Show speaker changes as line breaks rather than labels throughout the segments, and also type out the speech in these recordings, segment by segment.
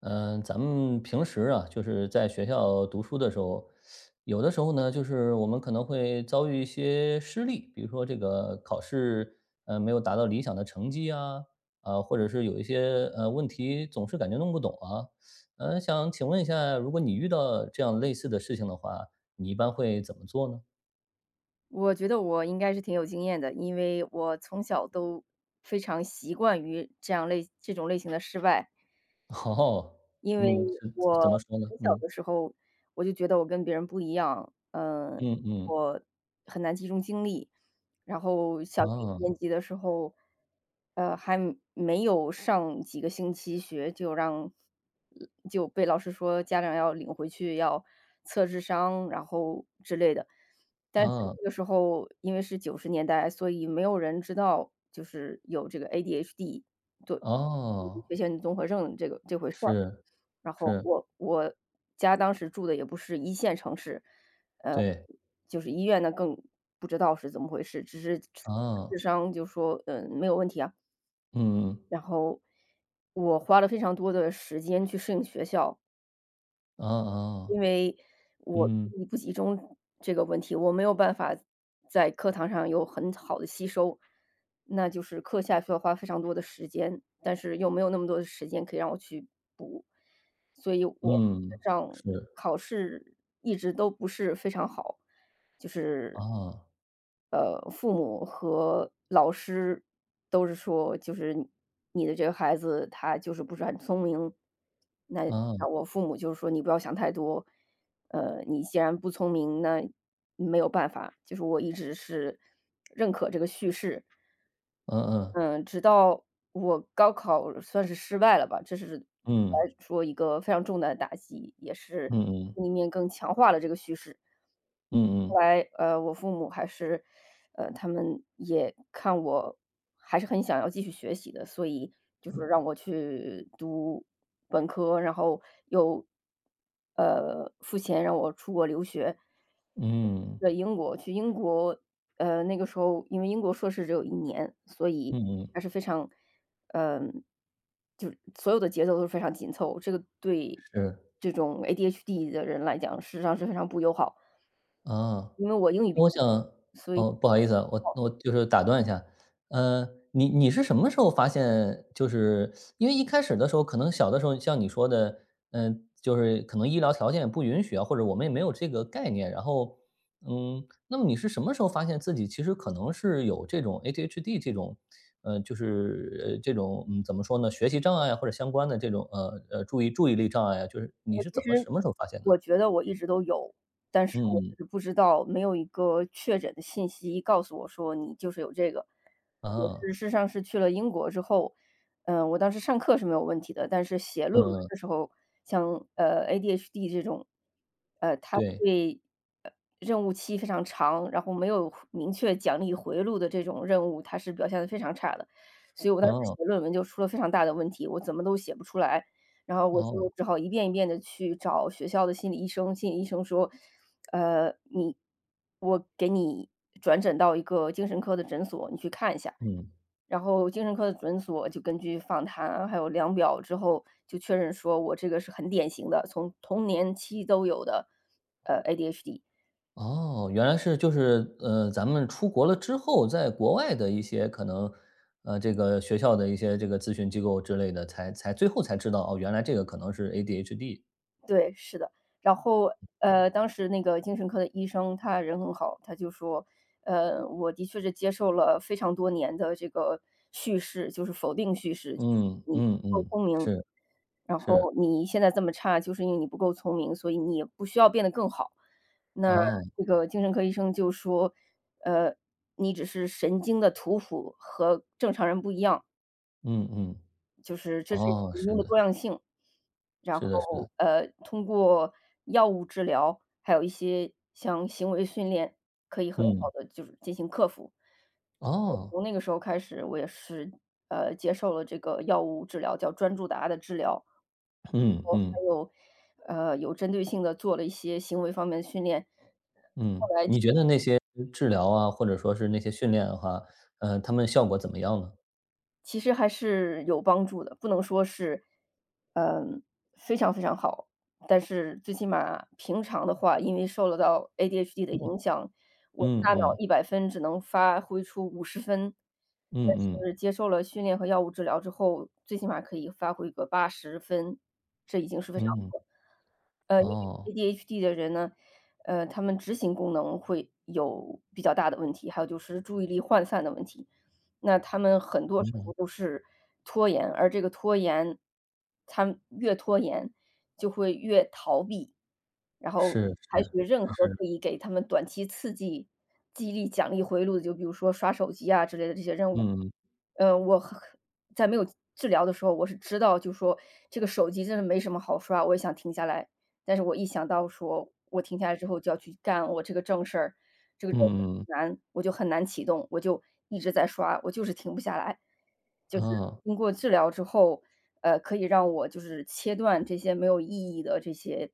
嗯，咱们平时啊，就是在学校读书的时候，有的时候呢，就是我们可能会遭遇一些失利，比如说这个考试，没有达到理想的成绩啊，啊，或者是有一些问题总是感觉弄不懂啊，想请问一下，如果你遇到这样类似的事情的话，你一般会怎么做呢？
我觉得我应该是挺有经验的，因为我从小都非常习惯于这种类型的失败。
哦，
因为
嗯，是
我
怎么说呢？
很小
嗯
的时候，我就觉得我跟别人不一样，
嗯嗯，
我很难集中精力。然后小学一年
哦
级的时候，还没有上几个星期学，就被老师说家长要领回去要测智商，然后之类的。但是
哦
那个时候因为是90年代，所以没有人知道就是有这个 ADHD。对。
哦，
学前综合症这回事儿。
是
然后
是，
我家当时住的也不是一线城市，呃，
对，
就是医院呢更不知道是怎么回事，只是智
哦。
商就说，没有问题啊。
嗯，
然后我花了非常多的时间去适应学校，
啊啊
因为我注意力不集中这个问题，我没有办法在课堂上有很好的吸收，那就是课下需要花非常多的时间，但是又没有那么多的时间可以让我去补，所以我上考试一直都不是非常好。就是，父母和老师都是说，就是你的这个孩子他就是不是很聪明。那那我父母就是说你不要想太多，你既然不聪明，那没有办法。就是我一直是认可这个叙事。
嗯嗯，是啊啊
嗯，直到我高考算是失败了吧，这是
嗯
来说一个非常重大的打击，也是
嗯，
另一面更强化了这个叙事。
嗯嗯，
后来，我父母还是，他们也看我还是很想要继续学习的，所以就
嗯
是
嗯，
让我去读本科，然后又，付钱让我出国留学，
嗯
在
嗯
英国去英国，那个时候因为英国硕士只有一年，所以
嗯嗯
还是非常嗯，就是所有的节奏都是非常紧凑，对
是，
这种 ADHD 的人来讲，事实上是非常不友好。
啊。
因为我英语比
那我想
较，所以
哦，不好意思啊，我就是打断一下，你是什么时候发现，就是因为一开始的时候，可能小的时候像你说的，就是可能医疗条件也不允许啊，或者我们也没有这个概念，然后，嗯，那么你是什么时候发现自己其实可能是有这种 ADHD 这种，就是这种怎么说呢，学习障碍啊或者相关的这种注意力障碍啊，就是你是怎么什么时候发现的？
我觉得我一直都有，但是我
嗯
就是不知道，没有一个确诊的信息告诉我说你就是有这个。我
啊
是事实上是去了英国之后，我当时上课是没有问题的，但是写
嗯
论文
嗯
的时候，像ADHD 这种，它
对。
会呃任务期非常长，然后没有明确奖励回路的这种任务，它是表现的非常差的。所以我当时
哦，
写论文就出了非常大的问题，我怎么都写不出来。然后我就
哦，
只好一遍一遍的去找学校的心理医生，心理医生说：“呃，你我给你转诊到一个精神科的诊所，你去看一下。”
嗯，
然后精神科的诊所就根据访谈啊还有量表之后，就确认说我这个是很典型的，从童年期都有的，ADHD。
哦，原来是就是，咱们出国了之后，在国外的一些可能，这个学校的一些这个咨询机构之类的，才最后才知道，哦，原来这个可能是 ADHD。
对，是的。然后，当时那个精神科的医生他人很好，他就说，我的确是接受了非常多年的这个叙事，就是否定叙事，
嗯，
你，
嗯嗯，是
然
是，
后你现在这么差，就是因为你不够聪明，所以你也不需要变得更好。那
啊，
这个精神科医生就说，呃，你只是神经的图谱和正常人不一样，
嗯嗯，
就是这是一个
哦，
神
是
经的
的，
多样性。然
是的是的，
后，通过药物治疗，还有一些像行为训练，可以很
嗯，
好的就是进行克服。
哦，
从那个时候开始，我也是，接受了这个药物治疗，叫专注达的治疗。
嗯
我
嗯
还有，有针对性的做了一些行为方面的训练。后
嗯，
来
你觉得那些治疗啊，或者说是那些训练的话，他们效果怎么样呢？
其实还是有帮助的，不能说是，嗯，非常非常好，但是最起码平常的话，因为受了到 ADHD 的影
嗯
响，我
嗯
大脑
嗯
100分只能发挥出50分，
嗯
但
嗯
是接受了训练和药物治疗之后，最起码可以发挥个80分，这已经是非常
嗯，
好了。因
哦。
为 ADHD 的人呢，他们执行功能会有比较大的问题，还有就是注意力涣散的问题。那他们很多时候
嗯，
都是拖延，而这个拖延，他们越拖延就会越逃避，然后
是
采
是，
取任
这
何
是，
可以给他们短期刺激、激励、奖励回路的，就比如说刷手机啊之类的这些任务。
嗯，
呃，我很在没有治疗的时候，我是知道就说这个手机真的没什么好刷，我也想停下来。但是我一想到说我停下来之后就要去干我这个正事儿，这个
嗯嗯，
难，我就很难启动，我就一直在刷，我就是停不下来。
啊，
就是
嗯
经过治疗之后，可以让我就是切断这些没有意义的这些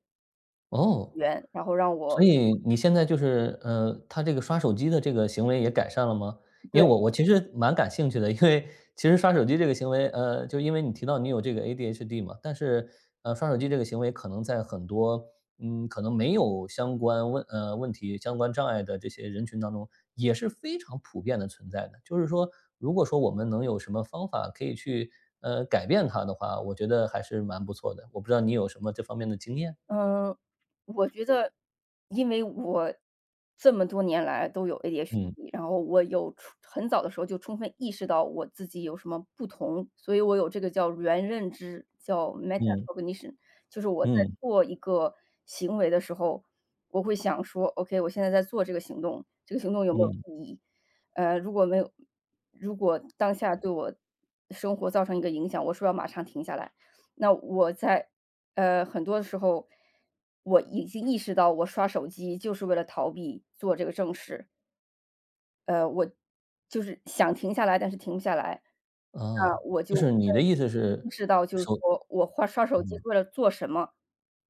哦，哦
源，然后让
所
我。
以你现在就是，他这个刷手机的这个行为也改善了吗？因
对。
为我其实蛮感兴趣的，因为其实刷手机这个行为，就因为你提到你有这个 ADHD 嘛，但是，刷手机这个行为可能在很多，嗯，可能没有相关问题、相关障碍的这些人群当中也是非常普遍的存在的。就是说，如果说我们能有什么方法可以去，改变它的话，我觉得还是蛮不错的。我不知道你有什么这方面的经验？
嗯，我觉得，因为我这么多年来都有
嗯，
ADHD，然后我很早的时候就充分意识到我自己有什么不同，所以我有这个叫原认知，叫
嗯，
metacognition，就是我在
嗯，
做一个行为的时候，我会想说，OK，我现在在做这个行动，这个行动有没
嗯。
有意义？如果没有，如果当下对我生活造成一个影响，我是不是要马上停下来？那我在很多的时候，我已经意识到我刷手机就是为了逃避做这个正事。我就是想停下来，但是停不下来。
啊，
那我就
就
会
是你的意思
意
是
识到，就是
首
说我花刷手机
嗯，
是为了做什么？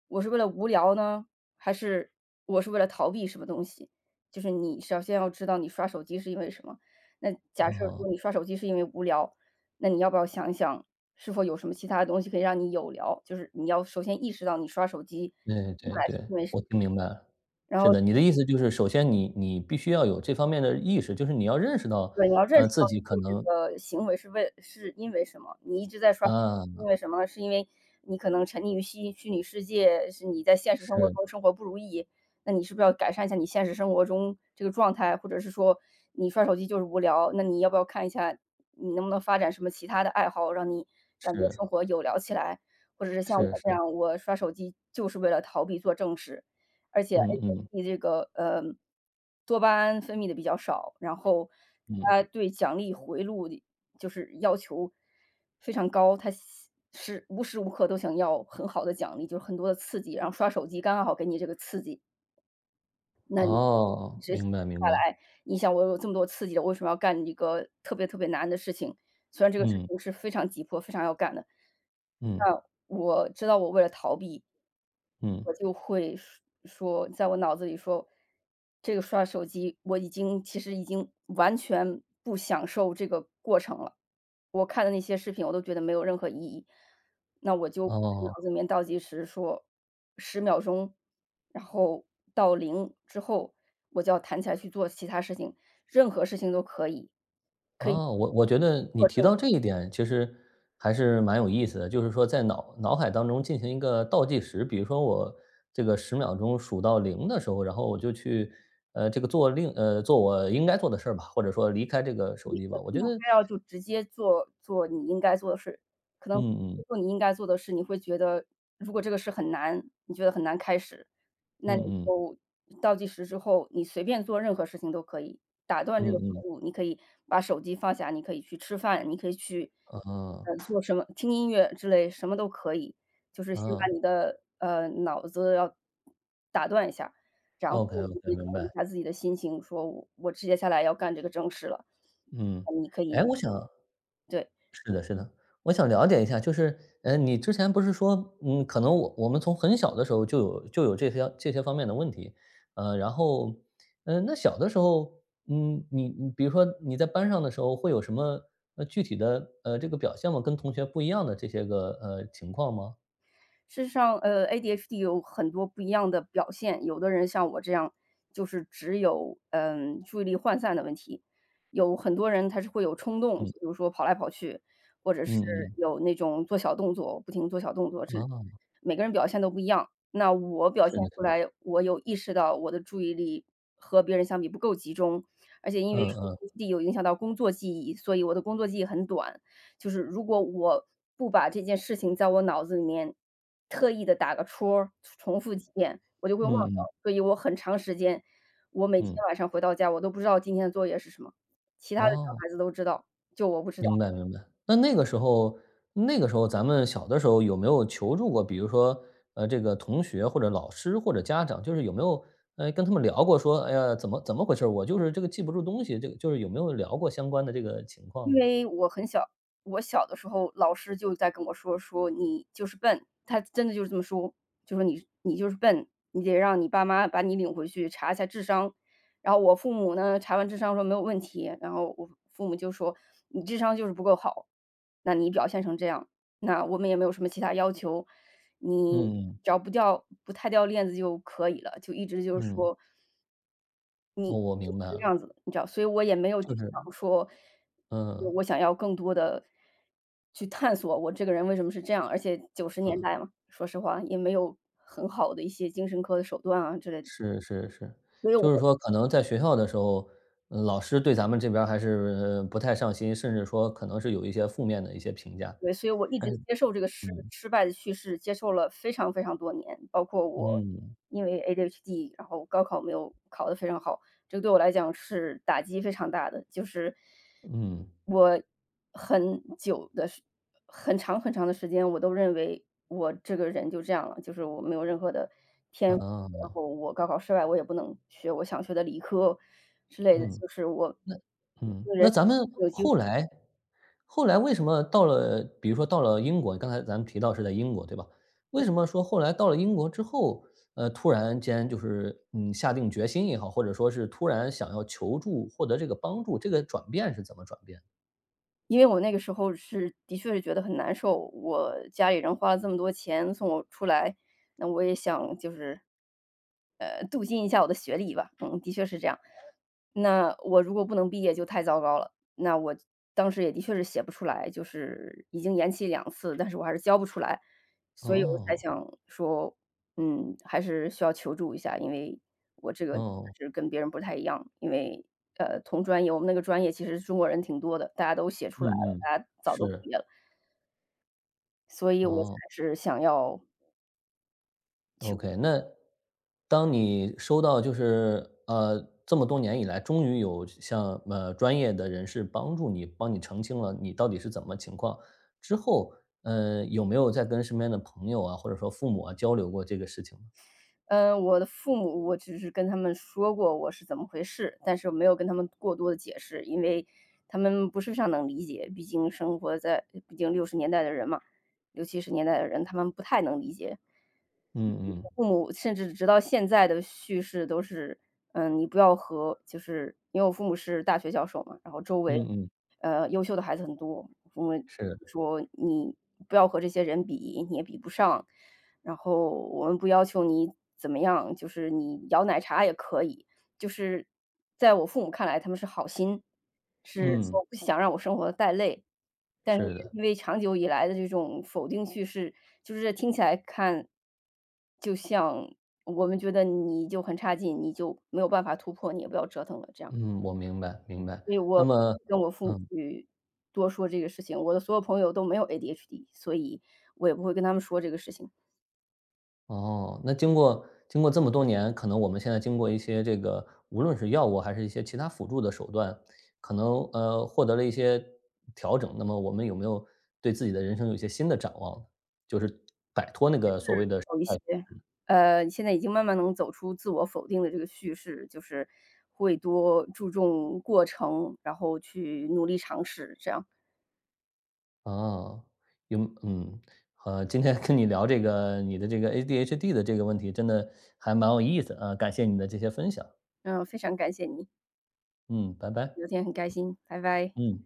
我是为了无聊呢，还是我是为了逃避什么东西？就是你首先要知道你刷手机是因为什么。那假设
哦，
说你刷手机是因为无聊，那你要不要想一想，是否有什么其他的东西可以让你有聊？就是你要首先意识到你刷手机，
对对对，我听明白了。
然
是
后
的，你的意思就是首先你必须要有这方面的意识，就是你要认识到，
对，你要认识
自
到
己
你
可
做这
能
个行为是因为什么，你一直在刷手机
啊，
因为什么呢？是因为你可能沉溺于虚拟世界，是你在现实生活中
是
生活不如意，那你是不是要改善一下你现实生活中这个状态？或者是说你刷手机就是无聊，那你要不要看一下你能不能发展什么其他的爱好，让你感觉
是
生活有聊起来？或者是像我
是
这
是，
样，我刷手机就是为了逃避做正事。而且 a
嗯
d h
嗯
D 这个，多巴胺分泌的比较少，然后
嗯，
它对奖励回路的就是要求非常高，它是无时无刻都想要很好的奖励，就是很多的刺激，然后刷手机刚好给你这个刺激。那你
哦，
学习
明白
不
明
下
白，
来，你想我有这么多刺激的，为什么要干一个特别特别难的事情？虽然这个事
嗯
情是非常急迫、非常要干的，
嗯
那我知道我为了逃避
嗯，
我就会说在我脑子里说，这个刷手机我其实已经完全不享受这个过程了，我看的那些视频我都觉得没有任何意义。那我就会在脑
哦。
子里面倒计时说10秒钟，然后到零之后，我就要弹起来去做其他事情，任何事情都可以，可以
哦，我觉得你
作
提
证
到这一点，其实还是蛮有意思的，就是说在脑海当中进行一个倒计时，比如说我这个10秒钟数到零的时候，然后我就去，这个做我应该做的事儿吧，或者说离开这个手机吧，我
你
觉得
非要就直接做你应该做的事，可能
嗯嗯，
做你应该做的事，你会觉得如果这个事很难，你觉得很难开始，那
嗯
你
嗯，
就倒计时之后，你随便做任何事情都可以，打断
嗯
这个跑
嗯，
路，你可以把手机放下，你可以去吃饭，你可以去，
啊，
做什么，听音乐之类，什么都可以，就是先
啊
把你的，脑子要打断一下，然后
，OK
你
OK，
可以调
明
整
白，
一下自己的心情，说我接下来要干这个正事了。
嗯。
你可
哎，
以
我想
对，
是的，是的，我想了解一下，就是，你之前不是说，嗯，可能我们从很小的时候就有这些方面的问题，然后，那小的时候，嗯，你比如说你在班上的时候会有什么具体的这个表现吗？跟同学不一样的这些个情况吗？
事实上，ADHD 有很多不一样的表现，有的人像我这样，就是只有，嗯，注意力涣散的问题，有很多人他是会有冲动，比
嗯
如说跑来跑去，或者是
嗯嗯，
有那种做小动作，不停做小动作，这
啊，
每个人表现都不一样。那我表
是
现
的，是
出
的，
来，我有意识到我的注意力和别人相比不够集中，而且因为
嗯嗯
ADHD 有影响到工作记忆，所以我的工作记忆很短。就是如果我不把这件事情在我脑子里面特意的打个戳儿，重复几遍，我就会忘掉。
嗯嗯
所以我很长时间，我每天
嗯，
晚上回到家，我都不知道今天的作业是什么，其他的小
哦。
孩子都知道，就我不知道。
明白明白。那那个时候那个时候咱们小的时候有没有求助过，比如说，这个同学或者老师或者家长，就是有没有，跟他们聊过说，哎呀，怎么回事儿我就是这个记不住东西，这个就是有没有聊过相关的这个情况
因
呢？
为我很小，我小的时候老师就在跟我说你就是笨，他真的就是这么说，就说你就是笨，你得让你爸妈把你领回去查一下智商。然后我父母呢查完智商说没有问题，然后我父母就说你智商就是不够好，那你表现成这样，那我们也没有什么其他要求，你
嗯
只要不太掉链子就可以了，就一直就是
嗯，
说
我
你
我
就是
明白
这
了，
样子的，你知道，所以我也没有去
就是
想说，
嗯
我想要更多的去探索我这个人为什么是这样，而且九十
嗯，
年代嘛，说实话也没有很好的一些精神科的手段啊之类的，
是是是，
所以我
就是说可能在学校的时候，老师对咱们这边儿还是，不太上心，甚至说可能是有一些负面的一些评价，
对，所以我一直
但是
接受这个失
嗯
失败的叙事，接受了非常非常多年，包括我
嗯。
因为 ADHD，然后高考没有考得非常好，这个对我来讲是打击非常大的。就是
嗯，
我很久的时很长很长的时间，我都认为我这个人就这样了，就是我没有任何的天赋，
啊，
然后我高考失败，我也不能学我想学的理科之类的，
嗯，
就是我
嗯，那
人
咱们后来为什么到了比如说到了英国，刚才咱们提到是在英国，对吧？为什么说后来到了英国之后，突然间就是，嗯，下定决心也好，或者说是突然想要求助，获得这个帮助，这个转变是怎么转变的？
因为我那个时候是的确是觉得很难受，我家里人花了这么多钱送我出来，那我也想就是，镀金一下我的学历吧，嗯，的确是这样。那我如果不能毕业就太糟糕了，那我当时也的确是写不出来，就是已经延期2次，但是我还是交不出来，所以我才
哦，
想说，嗯，还是需要求助一下，因为我这个
哦，
是跟别人不太一样，因为，同专业我们那个专业其实中国人挺多的，大家都写出来
嗯
了，
嗯，
大家早都
是，
毕业了，所以我才
哦。
是想要
OK，那当你收到就是这么多年以来，终于有像专业的人士帮助你，帮你澄清了你到底是怎么情况之后，有没有再跟身边的朋友啊，或者说父母啊交流过这个事情呢
嗯，我的父母，我只是跟他们说过我是怎么回事，但是没有跟他们过多的解释，因为他们不是非常能理解，毕竟生活在60年代的人嘛六七十年代的人，他们不太能理解。
嗯嗯
父母甚至直到现在的叙事都是，嗯，你不要和就是因为我父母是大学教授嘛，然后周围，
嗯嗯，
优秀的孩子很多，我父母
是，的，
说："你不要和这些人比，你也比不上。"然后我们不要求你怎么样，就是你摇奶茶也可以。就是在我父母看来，他们是好心，是
嗯
说不想让我生活得太累。但是
是的，
因为长久以来的这种否定叙事，就是这听起来看，就像我们觉得你就很差劲，你就没有办法突破，你也不要折腾了这样。
嗯我明白明白。
所以
那
我
么
跟我父母
嗯。
去多说这个事情，我的所有朋友都没有 ADHD，所以我也不会跟他们说这个事情。
哦，那经过这么多年，可能我们现在经过一些这个，无论是药物还是一些其他辅助的手段，可能获得了一些调整。那么我们有没有对自己的人生有一些新的展望？就是摆脱那个所谓的
有一
哎
些，现在已经慢慢能走出自我否定的这个叙事，就是会多注重过程，然后去努力尝试，这样。
哦，有嗯，今天跟你聊这个你的这个 ADHD 的这个问题，真的还蛮有意思啊，感谢你的这些分享。
嗯，非常感谢你，
嗯，拜拜。
聊天很开心，拜拜。
嗯。